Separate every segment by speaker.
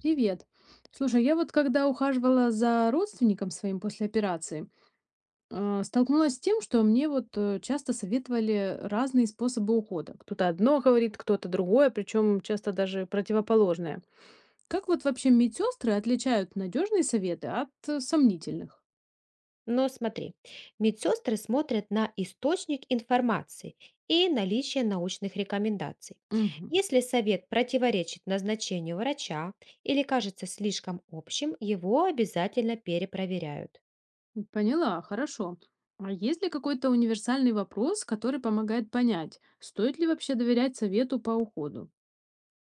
Speaker 1: Привет. Слушай, я вот когда ухаживала за родственником своим после операции, столкнулась с тем, что мне вот часто советовали разные способы ухода. Кто-то одно говорит, кто-то другое, причем часто даже противоположное. Как вот вообще медсестры отличают надежные советы от сомнительных?
Speaker 2: Но смотри, медсестры смотрят на источник информации и наличие научных рекомендаций.
Speaker 1: Мгм.
Speaker 2: Если совет противоречит назначению врача или кажется слишком общим, его обязательно перепроверяют.
Speaker 1: Поняла, хорошо. А есть ли какой-то универсальный вопрос, который помогает понять, стоит ли вообще доверять совету по уходу?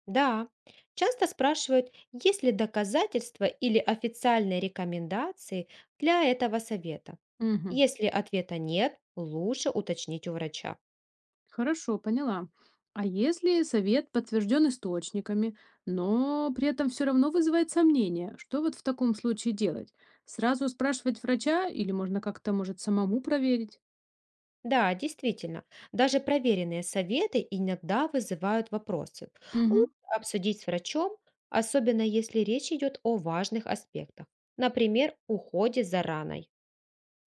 Speaker 2: Да, часто спрашивают, есть ли доказательства или официальные рекомендации для этого совета.
Speaker 1: Мгм.
Speaker 2: Если ответа нет, лучше уточнить у врача.
Speaker 1: Хорошо, поняла. А если совет подтвержден источниками, но при этом все равно вызывает сомнения, что вот в таком случае делать? Сразу спрашивать врача или можно как-то, может, самому проверить?
Speaker 2: Да, действительно, даже проверенные советы иногда вызывают вопросы. Лучше
Speaker 1: Мгм,
Speaker 2: обсудить с врачом, особенно если речь идет о важных аспектах, например, уходе за раной.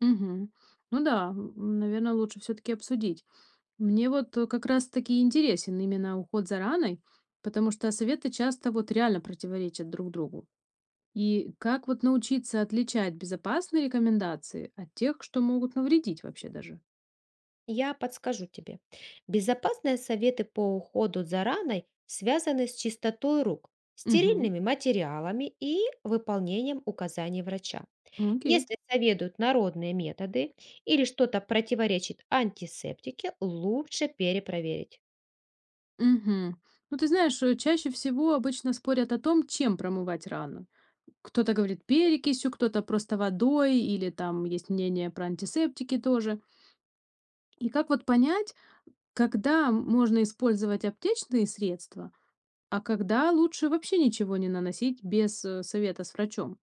Speaker 1: мгм. Ну да, наверное, лучше все-таки обсудить. Мне вот как раз-таки интересен именно уход за раной, потому что советы часто вот реально противоречат друг другу. И как вот научиться отличать безопасные рекомендации от тех, что могут навредить вообще даже?
Speaker 2: Я подскажу тебе. Безопасные советы по уходу за раной связаны с чистотой рук,
Speaker 1: Мгм.
Speaker 2: стерильными материалами и выполнением указаний врача.
Speaker 1: Окей.
Speaker 2: Если советуют народные методы или что-то противоречит антисептике, лучше перепроверить.
Speaker 1: Мгм. Ну, ты знаешь, чаще всего обычно спорят о том, чем промывать рану. Кто-то говорит перекисью, кто-то просто водой, или там есть мнение про антисептики тоже. И как вот понять, когда можно использовать аптечные средства, а когда лучше вообще ничего не наносить без совета с врачом?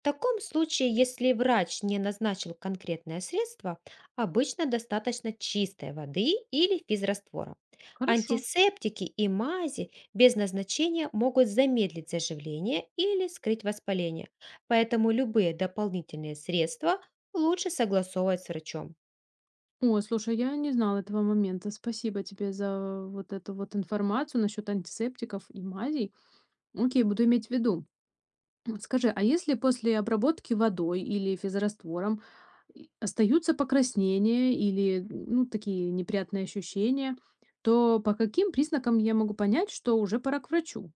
Speaker 2: В таком случае, если врач не назначил конкретное средство, обычно достаточно чистой воды или физраствора.
Speaker 1: Хорошо.
Speaker 2: Антисептики и мази без назначения могут замедлить заживление или скрыть воспаление, поэтому любые дополнительные средства лучше согласовывать с врачом.
Speaker 1: О, слушай, я не знала этого момента. Спасибо тебе за вот эту вот информацию насчет антисептиков и мазей. Окей, буду иметь в виду. Вот скажи, а если после обработки водой или физраствором и остаются покраснения или ну, такие неприятные ощущения, то по каким признакам я могу понять, что уже пора к врачу?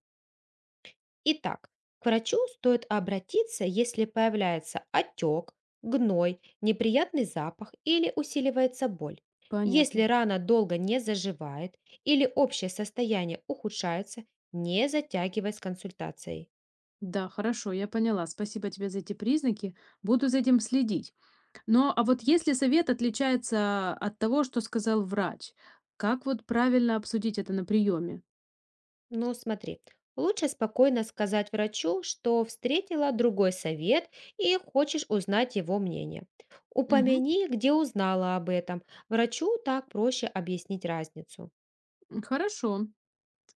Speaker 2: Итак, к врачу стоит обратиться, если появляется отек, гной, неприятный запах или усиливается боль. Если
Speaker 1: Понятно.
Speaker 2: рана долго не заживает или общее состояние ухудшается, не затягивай с консультацией.
Speaker 1: Да, хорошо, я поняла. Спасибо тебе за эти признаки. Буду за этим следить. Но а вот если совет отличается от того, что сказал врач, как вот правильно обсудить это на приеме?
Speaker 2: Но смотри, лучше спокойно сказать врачу, что встретила другой совет и хочешь узнать его мнение.
Speaker 1: Мгм.
Speaker 2: Упомяни, где узнала об этом. Врачу так проще объяснить разницу.
Speaker 1: Хорошо.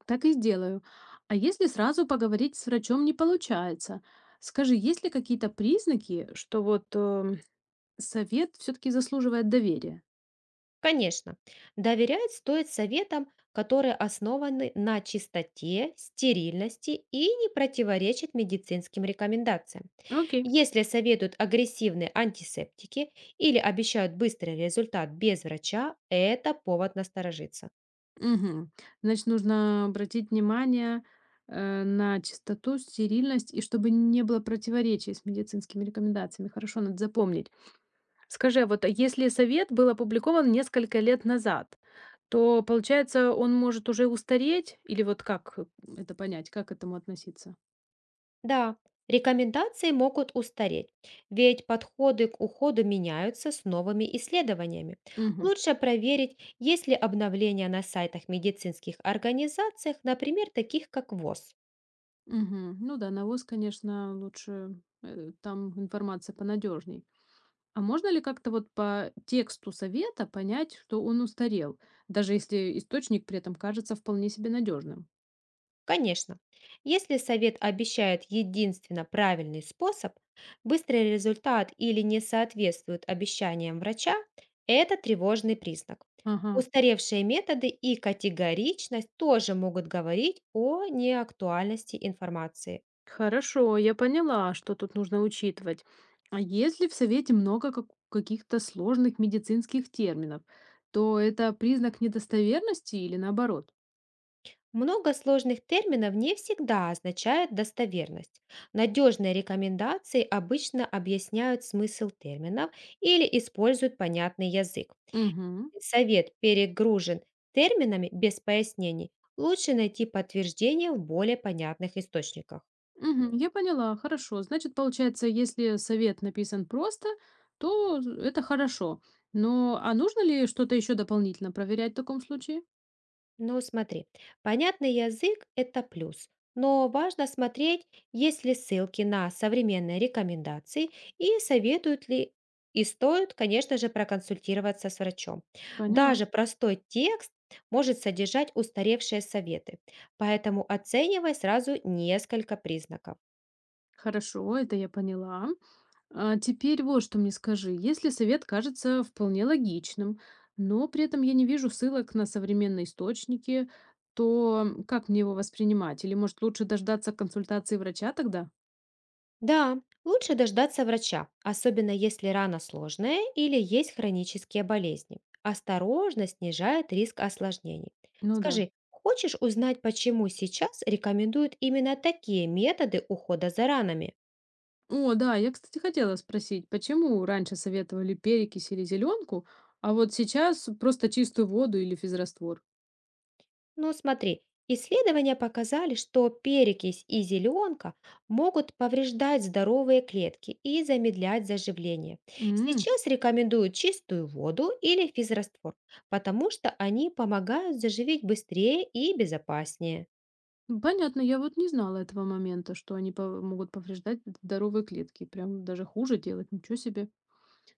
Speaker 1: Так и сделаю. А если сразу поговорить с врачом не получается? Скажи, есть ли какие-то признаки, что вот совет все-таки заслуживает доверия?
Speaker 2: Конечно, доверять стоит советам, которые основаны на чистоте, стерильности и не противоречат медицинским рекомендациям.
Speaker 1: Окей.
Speaker 2: Если советуют агрессивные антисептики или обещают быстрый результат без врача, это повод насторожиться.
Speaker 1: Мгм. Значит, нужно обратить внимание на чистоту, стерильность и чтобы не было противоречий с медицинскими рекомендациями. Хорошо, надо запомнить. Скажи, а вот а если совет был опубликован несколько лет назад, то получается, он может уже устареть? Или вот как это понять, как к этому относиться?
Speaker 2: Да, рекомендации могут устареть, ведь подходы к уходу меняются с новыми исследованиями.
Speaker 1: Мгм.
Speaker 2: Лучше проверить, есть ли обновления на сайтах медицинских организаций, например, таких как ВОЗ.
Speaker 1: Мгм. Ну да, на конечно, лучше, там информация понадежней. А можно ли как-то вот по тексту совета понять, что он устарел, даже если источник при этом кажется вполне себе надежным?
Speaker 2: Конечно, если совет обещает единственно правильный способ, быстрый результат или не соответствует обещаниям врача, это тревожный признак.
Speaker 1: Ага.
Speaker 2: Устаревшие методы и категоричность тоже могут говорить о неактуальности информации.
Speaker 1: Хорошо, я поняла, что тут нужно учитывать. А если в совете много каких-то сложных медицинских терминов, то это признак недостоверности или наоборот?
Speaker 2: Много сложных терминов не всегда означает достоверность. Надежные рекомендации обычно объясняют смысл терминов или используют понятный язык.
Speaker 1: Угу.
Speaker 2: Совет перегружен терминами без пояснений, лучше найти подтверждение в более понятных источниках.
Speaker 1: Мгм. Я поняла, хорошо. Значит, получается, если совет написан просто, то это хорошо. Но а нужно ли что-то еще дополнительно проверять в таком случае?
Speaker 2: Ну, смотри, понятный язык — это плюс, но важно смотреть, есть ли ссылки на современные рекомендации и советуют ли, и стоит, конечно же, проконсультироваться с врачом.
Speaker 1: Поняла.
Speaker 2: Даже простой текст может содержать устаревшие советы, поэтому оценивай сразу несколько признаков.
Speaker 1: Хорошо, это я поняла. А теперь вот что мне скажи. Если совет кажется вполне логичным, но при этом я не вижу ссылок на современные источники, то как мне его воспринимать? Или, может, лучше дождаться консультации врача тогда?
Speaker 2: Да, лучше дождаться врача, особенно если рана сложная или есть хронические болезни. Осторожно снижает риск осложнений.
Speaker 1: Ну да.
Speaker 2: Скажи, хочешь узнать, почему сейчас рекомендуют именно такие методы ухода за ранами?
Speaker 1: О да, я, кстати, хотела спросить, почему раньше советовали перекись или зеленку, а вот сейчас просто чистую воду или физраствор?
Speaker 2: Ну, смотри, исследования показали, что перекись и зеленка могут повреждать здоровые клетки и замедлять заживление.
Speaker 1: М,
Speaker 2: Сейчас рекомендуют чистую воду или физраствор, потому что они помогают заживить быстрее и безопаснее.
Speaker 1: ну, понятно, я вот не знала этого момента, что они могут повреждать здоровые клетки, прям даже хуже делать, ничего себе.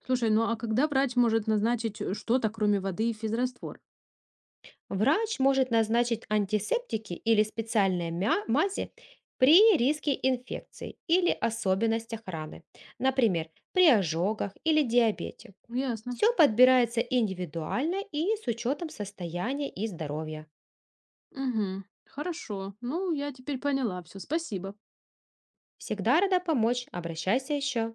Speaker 1: Слушай, ну а когда врач может назначить что-то, кроме воды и физраствор?
Speaker 2: Врач может назначить антисептики или специальные мази при риске инфекции или особенностях раны, например, при ожогах или диабете.
Speaker 1: Ясно.
Speaker 2: Все подбирается индивидуально и с учетом состояния и здоровья.
Speaker 1: Угу. Хорошо. Ну, я теперь поняла все. Спасибо.
Speaker 2: Всегда рада помочь, обращайся еще.